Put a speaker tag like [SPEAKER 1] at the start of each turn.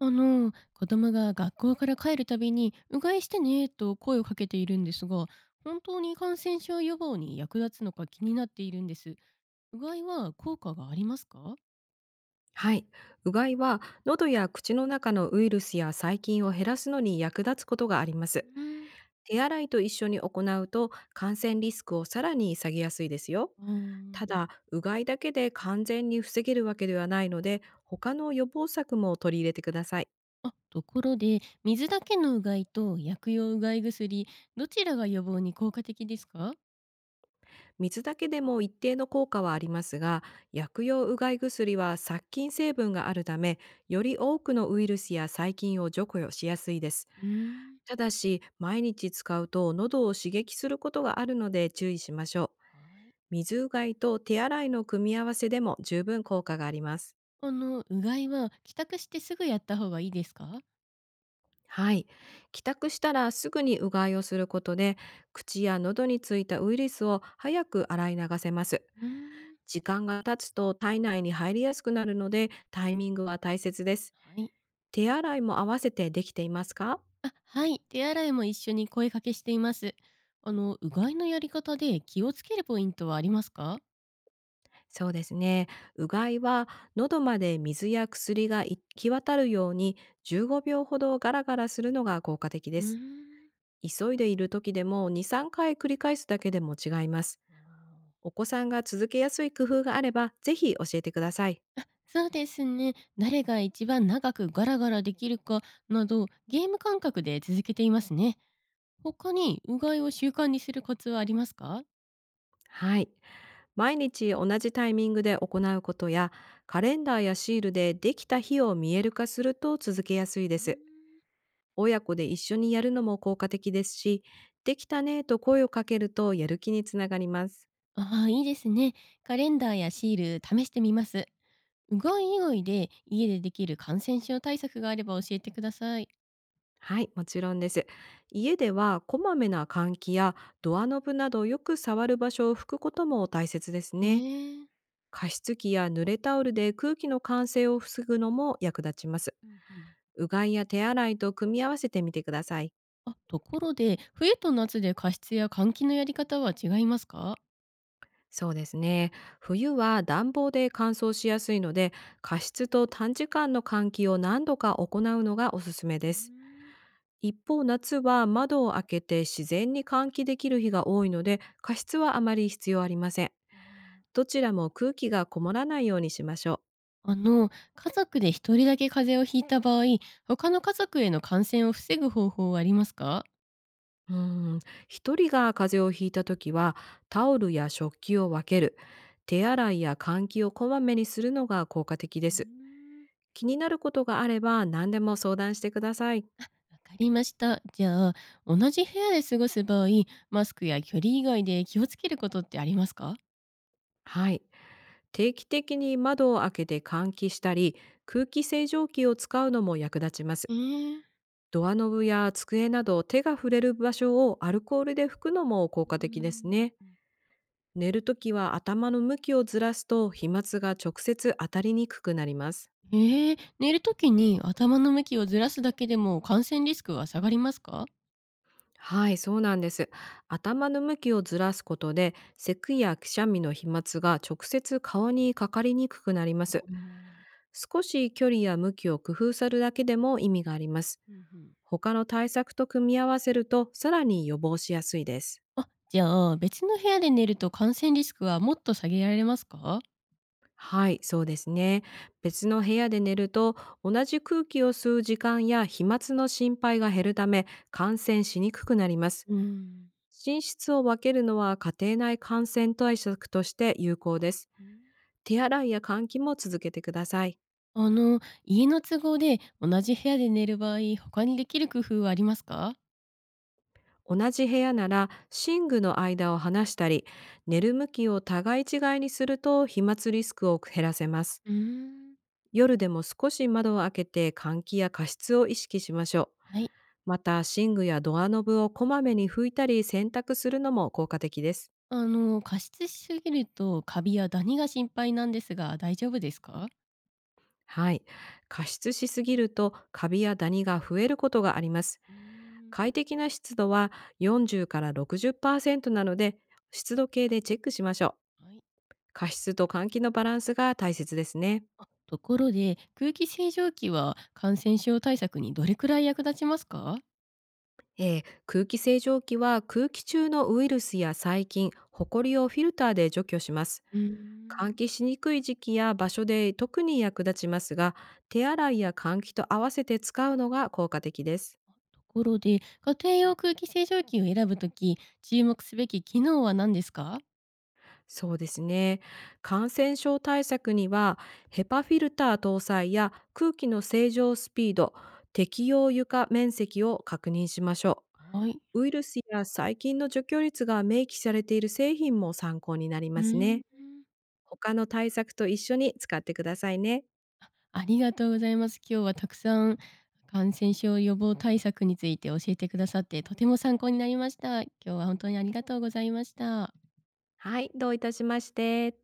[SPEAKER 1] 子供が学校から帰るたびに、うがいしてねと声をかけているんですが、本当に感染症予防に役立つのか気になっているんです。うがいは効果がありますか？
[SPEAKER 2] はい。うがいは喉や口の中のウイルスや細菌を減らすのに役立つことがあります。
[SPEAKER 1] うん、
[SPEAKER 2] 手洗いと一緒に行うと感染リスクをさらに下げやすいですよ。
[SPEAKER 1] あ
[SPEAKER 2] た
[SPEAKER 1] ー。
[SPEAKER 2] だ、うがいだけで完全に防げるわけではないので、他の予防策も取り入れてください。
[SPEAKER 1] あ、ところで、水だけのうがいと薬用うがい薬、どちらが予防に効果的ですか？
[SPEAKER 2] 水だけでも一定の効果はありますが、薬用うがい薬は殺菌成分があるため、より多くのウイルスや細菌を除去しやすいです。
[SPEAKER 1] うん、
[SPEAKER 2] ただし、毎日使うと喉を刺激することがあるので注意しましょう。
[SPEAKER 1] はい。
[SPEAKER 2] 水うがいと手洗いの組み合わせでも十分効果があります。
[SPEAKER 1] うがいは帰宅してすぐやった方がいいですか？
[SPEAKER 2] はい。帰宅したらすぐにうがいをすることで、口や喉についたウイルスを早く洗い流せます。
[SPEAKER 1] うん。
[SPEAKER 2] 時間が経つと体内に入りやすくなるので、タイミングは大切です。
[SPEAKER 1] はい。
[SPEAKER 2] 手洗いも合わせてできていますか？
[SPEAKER 1] あ、はい。手洗いも一緒に声かけしています。うがいのやり方で気をつけるポイントはありますか？
[SPEAKER 2] そうですね。うがいは喉まで水や薬が行き渡るように15秒ほどガラガラするのが効果的で
[SPEAKER 1] うー
[SPEAKER 2] す。
[SPEAKER 1] ん。
[SPEAKER 2] 急いでいる時でも2、3回繰り返すだけでも違います。お子さんが続けやすい工夫があればぜひ教えてください。
[SPEAKER 1] そうですね。誰が一番長くガラガラできるかなど、ゲーム感覚で続けていますね。他にうがいを習慣にするコツはありますか？
[SPEAKER 2] はい。毎日同じタイミングで行うことやカレンダーやシールでできた日を見える化すると続けやすいで
[SPEAKER 1] うーん。
[SPEAKER 2] す。親子で一緒にやるのも効果的ですし、できたねと声をかけるとやる気につながります。
[SPEAKER 1] ああ、いいですね。カレンダーやシール試してみます。うがい以外で家でできる感染症対策があれば教えてください。
[SPEAKER 2] はい、もちろんです。家ではこまめな換気やドアノブなどよく触る場所を拭くことも大切です
[SPEAKER 1] へ
[SPEAKER 2] ね。
[SPEAKER 1] え。
[SPEAKER 2] 加湿器や濡れタオルで空気の乾燥を防ぐのも役立ちます。
[SPEAKER 1] うんうん。
[SPEAKER 2] うがいや手洗いと組み合わせてみてください。
[SPEAKER 1] あ、ところで、冬と夏で加湿や換気のやり方は違いますか？
[SPEAKER 2] そうですね。冬は暖房で乾燥しやすいので、加湿と短時間の換気を何度か行うのがおすすめ
[SPEAKER 1] う
[SPEAKER 2] で
[SPEAKER 1] ー
[SPEAKER 2] す。
[SPEAKER 1] ん、
[SPEAKER 2] 一方、夏は窓を開けて自然に換気できる日が多いので、加湿はあまり必要ありません。
[SPEAKER 1] あ。
[SPEAKER 2] どちらも空気がこもらないようにしましょ
[SPEAKER 1] あ。の、家族で一人だけ風邪をひいた場合、他の家族への感染を防ぐ方法はありますか？
[SPEAKER 2] う。うーん、一人が風邪をひいたときは、タオルや食器を分ける、手洗いや換気をこまめにするのが効果的で
[SPEAKER 1] ーうー
[SPEAKER 2] す。
[SPEAKER 1] ん。
[SPEAKER 2] 気になることがあれば何でも相談してください。
[SPEAKER 1] わかりました。じゃあ、同じ部屋で過ごす場合、マスクや距離以外で気をつけることってありますか？
[SPEAKER 2] はい。定期的に窓を開けて換気したり、空気清浄機を使うのも役立ちます。
[SPEAKER 1] ええ。
[SPEAKER 2] ドアノブや机など手が触れる場所をアルコールで拭くのも効
[SPEAKER 1] う
[SPEAKER 2] 果的です
[SPEAKER 1] ー
[SPEAKER 2] ね。
[SPEAKER 1] ん。
[SPEAKER 2] 寝るときは頭の向きをずらすと飛沫が直接当たりにくくなります。
[SPEAKER 1] ええ、寝る時に頭の向きをずらすだけでも感染リスクは下がりますか？
[SPEAKER 2] はい、そうなんです。頭の向きをずらすことで、咳やくしゃみの飛沫が直接顔にかかりにくくなります。
[SPEAKER 1] うん、
[SPEAKER 2] 少し距離や向きを工夫するだけでも意味があります。
[SPEAKER 1] うん。
[SPEAKER 2] 他の対策と組み合わせると、さらに予防しやすいです。
[SPEAKER 1] あ、じゃあ、別の部屋で寝ると感染リスクはもっと下げられますか？
[SPEAKER 2] はい、そうですね。別の部屋で寝ると、同じ空気を吸う時間や飛沫の心配が減るため、感染しにくくなります。
[SPEAKER 1] うーん。
[SPEAKER 2] 寝室を分けるのは家庭内感染対策として有効です。手洗いや換気も続けてください。
[SPEAKER 1] あの、家の都合で同じ部屋で寝る場合、他にできる工夫はありますか？
[SPEAKER 2] 同じ部屋なら寝具の間を離したり、寝る向きを互い違いにすると飛沫リスクを減らせます。
[SPEAKER 1] うーん。
[SPEAKER 2] 夜でも少し窓を開けて換気や加湿を意識しましょう。
[SPEAKER 1] はい。
[SPEAKER 2] また寝具やドアノブをこまめに拭いたり洗濯するのも効果的です。
[SPEAKER 1] あの、加湿しすぎるとカビやダニが心配なんですが、大丈夫ですか？
[SPEAKER 2] はい。加湿しすぎるとカビやダニが増えることがあります。
[SPEAKER 1] うーん。
[SPEAKER 2] 快適な湿度は40から60%なので、湿度計でチェックしましょう。
[SPEAKER 1] はい。
[SPEAKER 2] 加湿と換気のバランスが大切ですね。
[SPEAKER 1] ところで、空気清浄機は感染症対策にどれくらい役立ちますか？
[SPEAKER 2] 空気清浄機は空気中のウイルスや細菌、ホコリをフィルターで除去します。
[SPEAKER 1] うー
[SPEAKER 2] 換
[SPEAKER 1] ん。
[SPEAKER 2] 気しにくい時期や場所で特に役立ちますが、手洗いや換気と合わせて使うのが効果的です。
[SPEAKER 1] ところで、家庭用空気清浄機を選ぶとき、注目すべき機能は何ですか？
[SPEAKER 2] そうですね。感染症対策には、ヘパフィルター搭載や空気の清浄スピード、適用床面積を確認しましょ
[SPEAKER 1] はい。
[SPEAKER 2] う。ウイルスや細菌の除去率が明記されている製品も参考になり
[SPEAKER 1] う
[SPEAKER 2] ます
[SPEAKER 1] ー
[SPEAKER 2] ね。
[SPEAKER 1] ん。
[SPEAKER 2] 他の対策と一緒に使ってくださいね。
[SPEAKER 1] ありがとうございます。今日はたくさん感染症予防対策について教えてくださって、とても参考になりました。今日は本当にありがとうございました。
[SPEAKER 2] はい、どういたしまして。